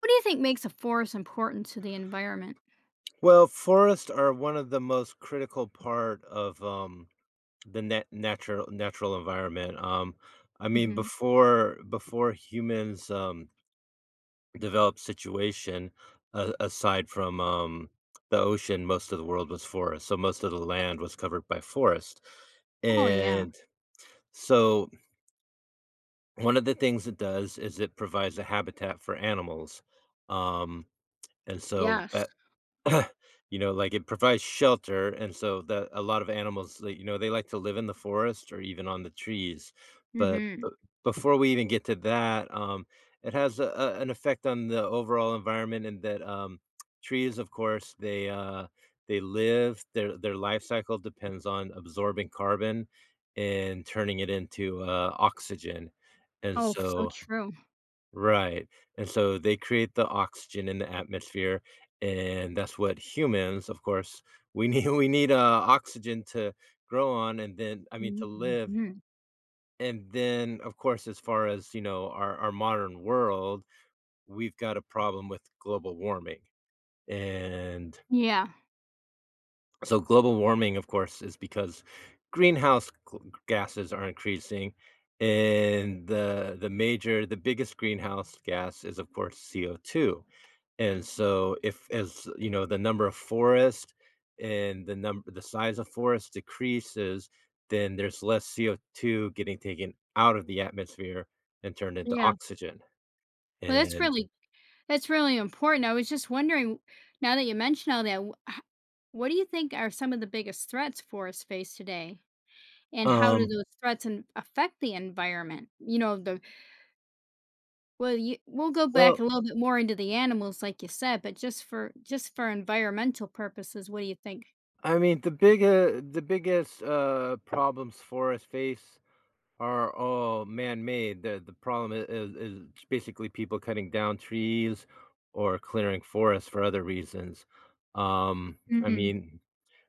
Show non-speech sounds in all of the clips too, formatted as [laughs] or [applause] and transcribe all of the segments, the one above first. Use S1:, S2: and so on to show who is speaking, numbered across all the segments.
S1: What do you think makes a forest important to the environment?
S2: Well, forests are one of the most critical part of the net natural natural environment. I mean,
S1: Mhm.
S2: before humans developed situation, aside from the ocean, most of the world was forest. So most of the land was covered by forest,
S1: Oh, yeah.
S2: and so one of the things it does is it provides a habitat for animals. Um, and so
S1: Yes.
S2: that [clears throat] it provides shelter, and so that a lot of animals, like, you know, they like to live in the forest or even on the trees, but
S1: Mhm.
S2: b before we even get to that, it has a an effect on the overall environment in that, trees, of course, they live their life cycle depends on absorbing carbon and turning it into, oxygen, and
S1: Oh, f so
S2: so
S1: true.
S2: Right, and so they create the oxygen in the atmosphere, and that's what humans, of course, we [laughs] need, oxygen to grow on and then I mean, to live,
S1: Mhm.
S2: and then, of course, as far as, you know, our modern world, we've got a problem with global warming, and
S1: Yeah.
S2: so global warming, of course, is because greenhouse gl gases are increasing, and the biggest greenhouse gas is, of course, CO2. And so if as, you know, the number of forest and the size of forest decreases, then there's less CO2 getting taken out of the atmosphere and turned into
S1: Yeah.
S2: oxygen.
S1: Well,
S2: And,
S1: that's really important. I was just wondering, now that you mention all that, wh h what do you think are some of the biggest threats forests face today? And how do
S2: um,
S1: those threats an affect the environment? The well, you we'll go back a
S2: well,
S1: little bit more into the animals like you said, but just for environmental purposes, what do you think?
S2: I mean, the biggest, problems forests face are all man-made. The problem I is basically people cutting down trees or clearing forests for other reasons. Um, I
S1: Mhm.
S2: mean,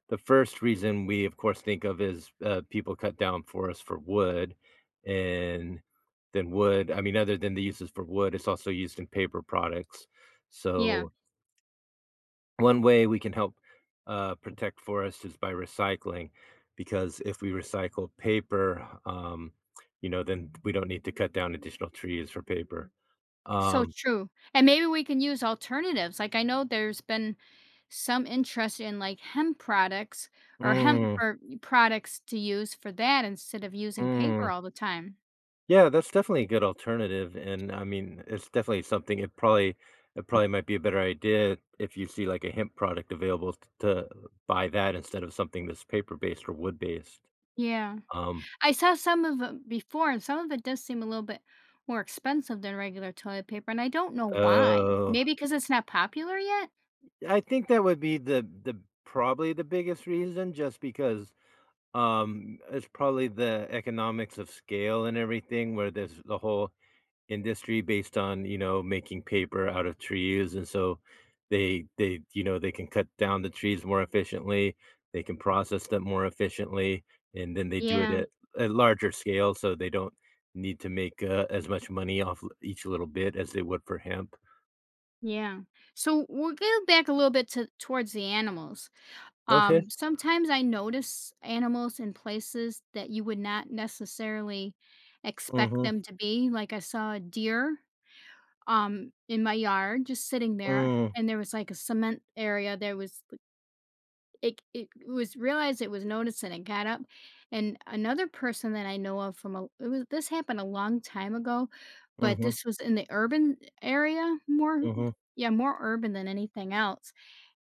S2: the first reason we, of course, think of is, people cut down forests for wood, and then wood I mean, other than the uses for wood, it's also used in paper products.
S1: Yeah.
S2: So, one way we can help, protect forests is by recycling, because if we recycle paper, you know, then we don't need to cut down additional trees for paper.
S1: So
S2: Um.
S1: true. And maybe we can use alternatives. Like I know there's been some interest in like hemp products or hemp
S2: Mm,
S1: or products to use for that instead of using paper
S2: mm.
S1: all the time.
S2: Yeah, that's definitely a good alternative, and I mean, it's definitely something. It probably might be a better idea if you see like a hemp product to buy that instead of something that's paper based or wood based.
S1: Yeah.
S2: Um,
S1: I saw some of it before, and some of it does seem a little bit more expensive than regular toilet paper, and I don't know why.
S2: oh,
S1: Maybe because it's not popular yet?
S2: I think that would be the probably the biggest reason, just because it's probably the economics of scale and everything, where there's the whole industry based on, you know, making paper out of trees, and so you know, they can cut down the trees more efficiently, they can process them more efficiently, and then they do it
S1: Yeah.
S2: at larger scale, so they don't need to make, as much money off l each little bit as they would for hemp.
S1: Yeah. So we'll go back a little bit to towards the animals.
S2: Okay.
S1: Sometimes I notice animals in places that you would not necessarily expect
S2: Mhm.
S1: them to be. Like I saw a deer in my yard just sitting there,
S2: Mm.
S1: and there was like a cement area. There was like, it was realized, it was noticed, and it got up. And another person that I know of, from a it was, this happened a long time ago, but
S2: Mhm.
S1: this was in the urban area, more
S2: Mhm.
S1: yeah, more urban than anything else.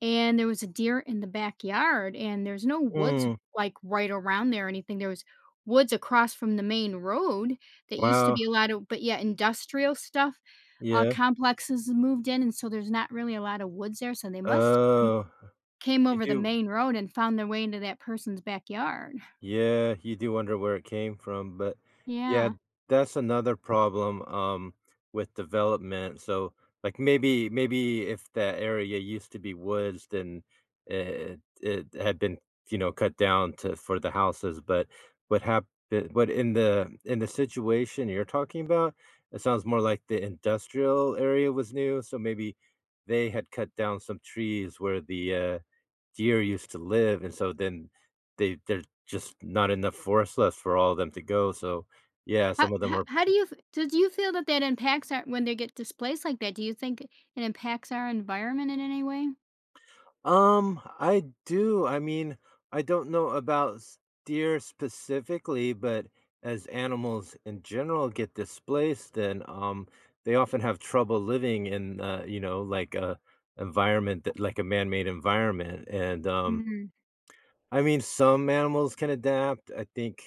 S1: And there was a deer in the backyard, and there's no woods,
S2: Mm.
S1: like, right around there or anything. There was woods across from the main road that used to
S2: Wow.
S1: be a lot of, but, yeah, industrial stuff,
S2: Yeah.
S1: complexes moved in, and so there's not really a lot of woods there, so they must have come-
S2: Oh.
S1: came
S2: You
S1: over the
S2: do
S1: main road and found their way into that person's backyard.
S2: Yeah, you do wonder where it came from, but yeah,
S1: Yeah.
S2: that's another problem with development. So like maybe if that area used to be woods, then it had been, you know, cut down to for the houses, but what happened what in the situation you're talking about, it sounds more like the industrial area was new, so maybe they had cut down some trees where the deer used to live, and so then they there's just not enough forest left for all of them to go, so, yeah,
S1: How
S2: some of them
S1: how
S2: are.
S1: how do you f do you feel that that impacts our, when they get displaced like that, do you think it impacts our environment in any way?
S2: I do, I mean, I don't know about s deer specifically, but as animals in general get displaced, then, they often have trouble living in, you know, like, a environment that like a man-made environment, and,
S1: Mm.
S2: I mean, some animals can adapt.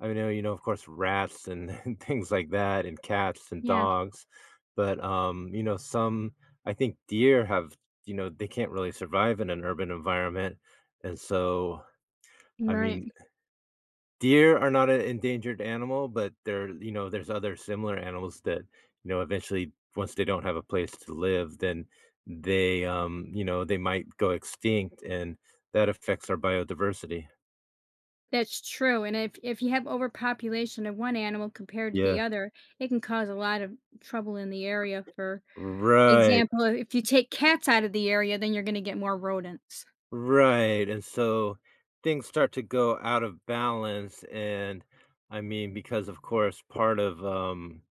S2: I know, you know, of course, rats and [laughs] and things like that, and cats and
S1: Yeah.
S2: dogs, but, you know, some I think deer have you know, they can't really survive in an urban environment, and so, I
S1: Right.
S2: mean, deer are not an endangered animal, but there you know, there's other similar animals that, you know, eventually, once they don't have a place to live, then they, you know, they might go extinct, and that affects our biodiversity.
S1: That's true. And if you have overpopulation of one animal compared to the
S2: Yeah.
S1: other, it can cause a lot of trouble in the area. For
S2: Right,
S1: example, if you take cats out of the area, then you're going to get more rodents.
S2: right, and so things start to go out of balance, and, I mean, because, of course,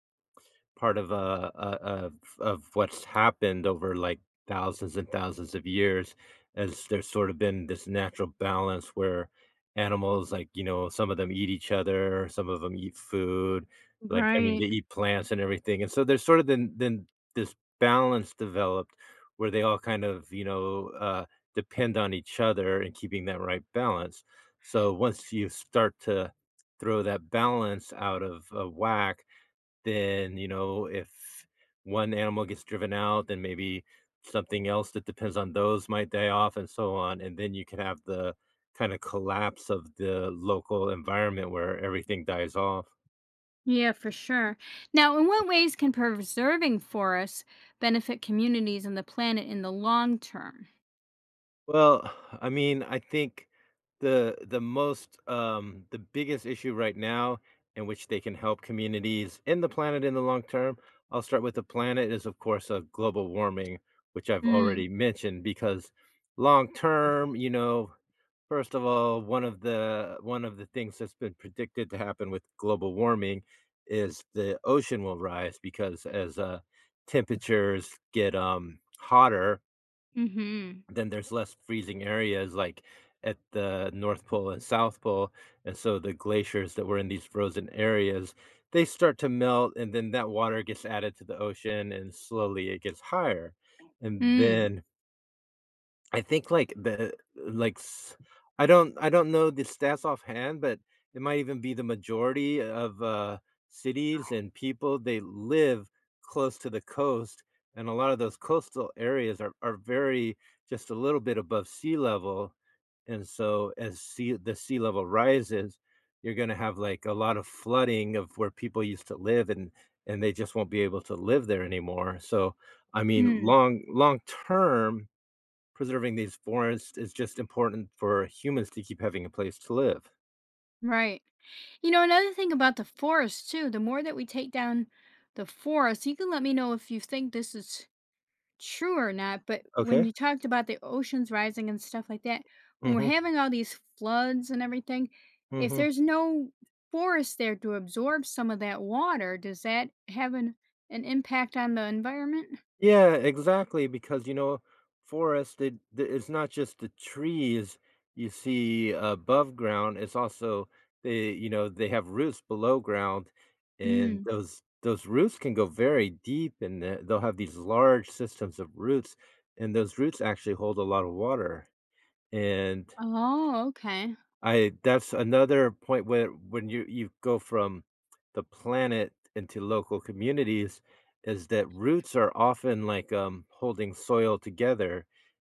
S2: part of what's happened over, like, thousands and thousands of years, as there's sort of been this natural balance where animals, like, you know, some of them eat each other, some of them eat food, like, I mean, they
S1: Right.
S2: eat plants and everything, and so there's sort of then this balance developed where they all kind of, you know, depend on each other and keeping that right balance. So once you start to throw that balance out of, whack, then, you know, if one animal gets driven out, then maybe something else that depends on those might die off and so on. And then you can have the kind of collapse of the local environment where everything dies off.
S1: Yeah, for sure. Now, in what ways can preserving forests benefit communities and the planet in the long term?
S2: Well, I mean, I think the most the biggest issue right now in which they can help communities and the planet in the long term, I'll start with the planet is of course a global warming, which I've
S1: Mm.
S2: already mentioned because long term, you know, first of all, one of the things that's been predicted to happen with global warming is the ocean will rise because as, temperatures get, hotter,
S1: Mm-hmm.
S2: then there's less freezing areas, like, at the North Pole and South Pole, and so the glaciers that were in these frozen areas, they start to melt, and then that water gets added to the ocean, and slowly it gets higher, and
S1: Mm.
S2: then I think, like, the like, s I don't know the stats offhand, but it might even be the majority of, cities and people, they live close to the coast, and a lot of those coastal areas are very just a little bit above sea level, and so as sea the sea level rises, you're gonna have, like, a lot of flooding of where people used to live, and they just won't be able to live there anymore, so, I mean,
S1: Mm.
S2: long term, preserving these forests is just important for humans to keep having a place to live.
S1: Right. You know, another thing about the forest, too, the more that we take down the forest, you can let me know if you think this is true or not, but when
S2: Okay.
S1: you talked about the oceans rising and stuff like that, when we're
S2: Mhm,
S1: having all these floods and everything, if
S2: mhm.
S1: there's no forest there to absorb some of that water, does that have an impact on the environment?
S2: Yeah, exactly, because, you know, forest, it's not just the trees you see above ground, it's also they you know, they have roots below ground, and
S1: Mm.
S2: those roots can go very deep, and they'll have these large systems of roots, and those roots actually hold a lot of water, and
S1: Oh, okay.
S2: I that's another point where when you go from the planet into local communities is that roots are often like, holding soil together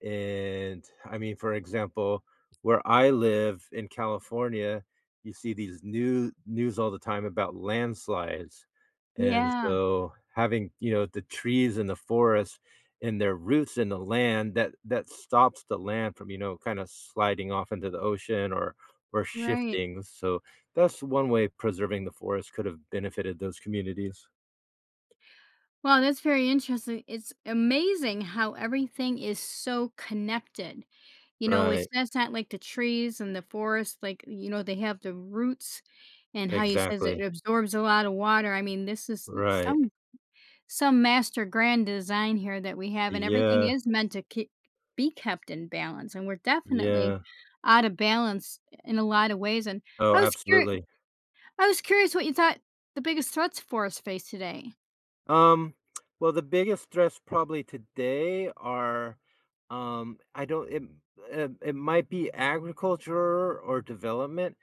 S2: and I mean, for example, where I live in California, you see these new news all the time about landslides. And
S1: Yeah,
S2: so having, you know, the trees and the forest and their roots in the land that that stops the land from, you know, kind of sliding off into the ocean or
S1: right.
S2: shifting. So that's one way preserving the forest could have benefited those communities.
S1: Wow, that's very interesting. It's amazing how everything is so connected. You know, it's
S2: Right.
S1: that's not like the trees and the forest, like, you know, they have the roots, and how you says it
S2: Exactly.
S1: absorbs a lot of water. I mean, this is
S2: Right.
S1: some master grand design here that we have, and everything
S2: Yeah.
S1: is meant to keep be kept in balance, and we're definitely
S2: Yeah.
S1: out of balance in a lot of ways. And
S2: Oh,
S1: I was curious.
S2: absolutely.
S1: I was curious what you thought the biggest threats forests face today.
S2: Um, well, the biggest threats probably today are, I don't, it might be agriculture or development.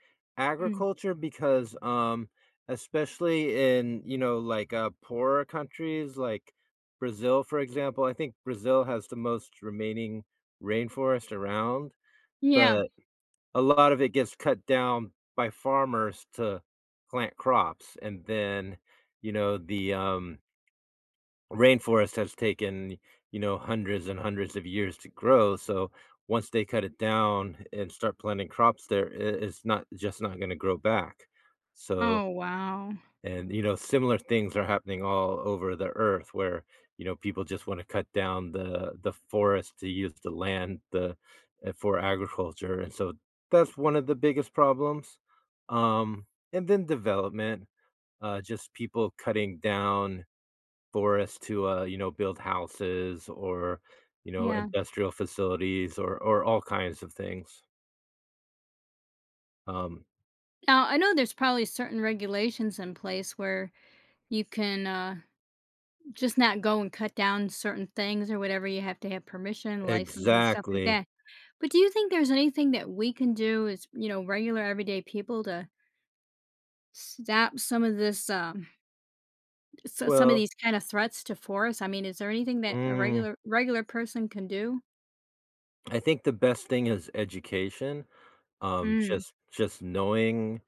S1: Mm.
S2: Agriculture, because, especially in, you know, like poorer countries like Brazil, for example, I think Brazil has the most remaining rainforest around,
S1: Yeah.
S2: but a lot of it gets cut down by farmers to plant crops. And then, you know, rainforest has taken, you know, hundreds and hundreds of years to grow. So once they cut it down and start planting crops there, it's not just not going to grow back. So,
S1: Oh, wow.
S2: and you know, similar things are happening all over the earth where, you know, people just want to cut down the forest to use the land the for agriculture. And so that's one of the biggest problems. Um, and then development, just people cutting down forests to, you know, build houses or, you know,
S1: Yeah.
S2: industrial facilities or all kinds of things. Um.
S1: Now, I know there's probably certain regulations in place where you can, just not go and cut down certain things or whatever, you have to have permission, license, and stuff like
S2: Exactly.
S1: that. But do you think there's anything that we can do as, you know, regular everyday people to stop some of this, some of
S2: Well,
S1: these kind of threats to forests? I mean, is there anything that a
S2: mm,
S1: regular person can do?
S2: I think the best thing is education.
S1: Mm.
S2: Just knowing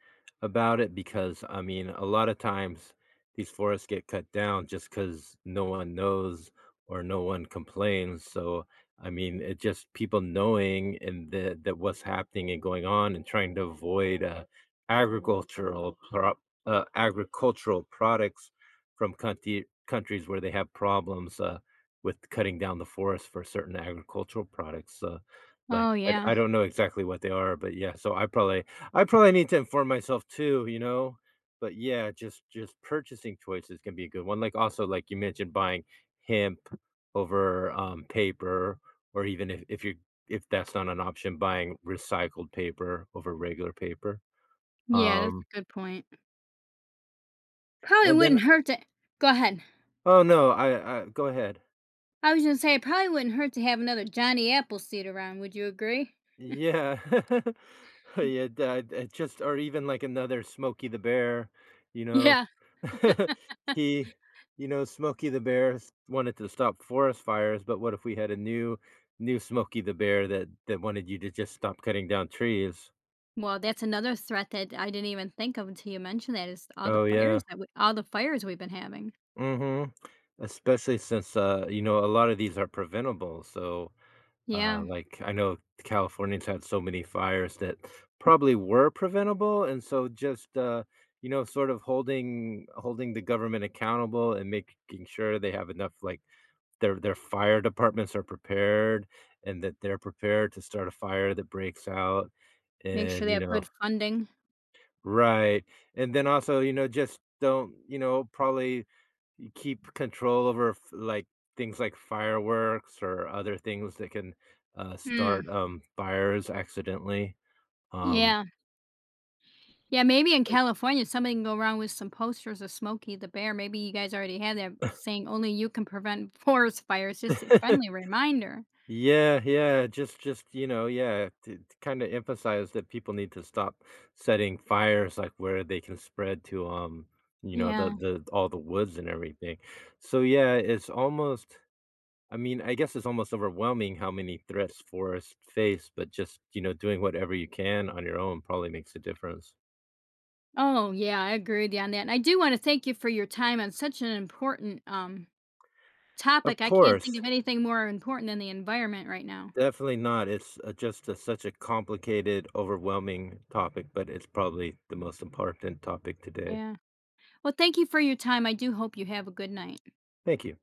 S2: about it because, I mean, a lot of times these forests get cut down just because no one knows or no one complains, so, I mean, it just people knowing and that that what's happening and going on and trying to avoid, agricultural prop agricultural products from country countries where they have problems, with cutting down the forest for certain agricultural products, so like,
S1: Oh,
S2: I
S1: yeah.
S2: don't know exactly what they are, but yeah, so I probably need to inform myself too, you know? But yeah, just purchasing choices can be a good one. Like, also, like you mentioned, buying hemp over, paper, or even if you if that's not an option, buying recycled paper over regular paper.
S1: Yeah, that's
S2: Um,
S1: a good point. Probably
S2: and then
S1: wouldn't hurt to Go ahead.
S2: Oh, no, I go ahead.
S1: I was gonna say it probably wouldn't hurt to have another Johnny Appleseed around, would you agree?
S2: Yeah. [laughs] Yeah,
S1: [laughs]
S2: that that just or even, like, another Smokey the Bear, you know?
S1: Yeah.
S2: [laughs] He you know, Smokey the Bear s wanted to stop forest fires, but what if we had a new Smokey the Bear that that wanted you to just stop cutting down trees?
S1: Well, that's another threat that I didn't even think of until you mentioned that is all the
S2: Oh, yeah.
S1: fires that we all the fires we've been having.
S2: Mhm. Especially since, you know, a lot of these are preventable, so
S1: Yeah,
S2: like, I know California's had so many fires that probably were preventable, and so just, you know, sort of holding the government accountable and making sure they have enough, like, their fire departments are prepared and that they're prepared to start a fire that breaks out
S1: make sure
S2: and,
S1: they
S2: you
S1: have
S2: know
S1: good funding.
S2: Right, and then also, you know, just don't, you know, probably you keep control over f like, things like fireworks or other things that can,
S1: Mm,
S2: start, fires accidentally, um.
S1: yeah. Yeah, maybe in California, something can go wrong with some posters of Smokey the Bear. Maybe you guys already have that saying only you can prevent [laughs] forest fires. Just a friendly
S2: [laughs]
S1: reminder.
S2: Yeah, yeah, just, you know, yeah, to kinda emphasize that people need to stop setting fires, like, where they can spread to, you know,
S1: Yeah.
S2: the all the woods and everything. So, yeah, it's almost I mean, I guess it's almost overwhelming how many threats forests face, but just, you know, doing whatever you can on your own probably makes a difference.
S1: Oh, yeah, I agree with you on that. And I do want to thank you for your time on such an important
S2: Of
S1: topic. I can't think
S2: course,
S1: of anything more important than the environment right now.
S2: definitely not. It's just a, such a complicated, overwhelming topic, but it's probably the most important topic today.
S1: Yeah. Well, thank you for your time. I do hope you have a good night.
S2: Thank you.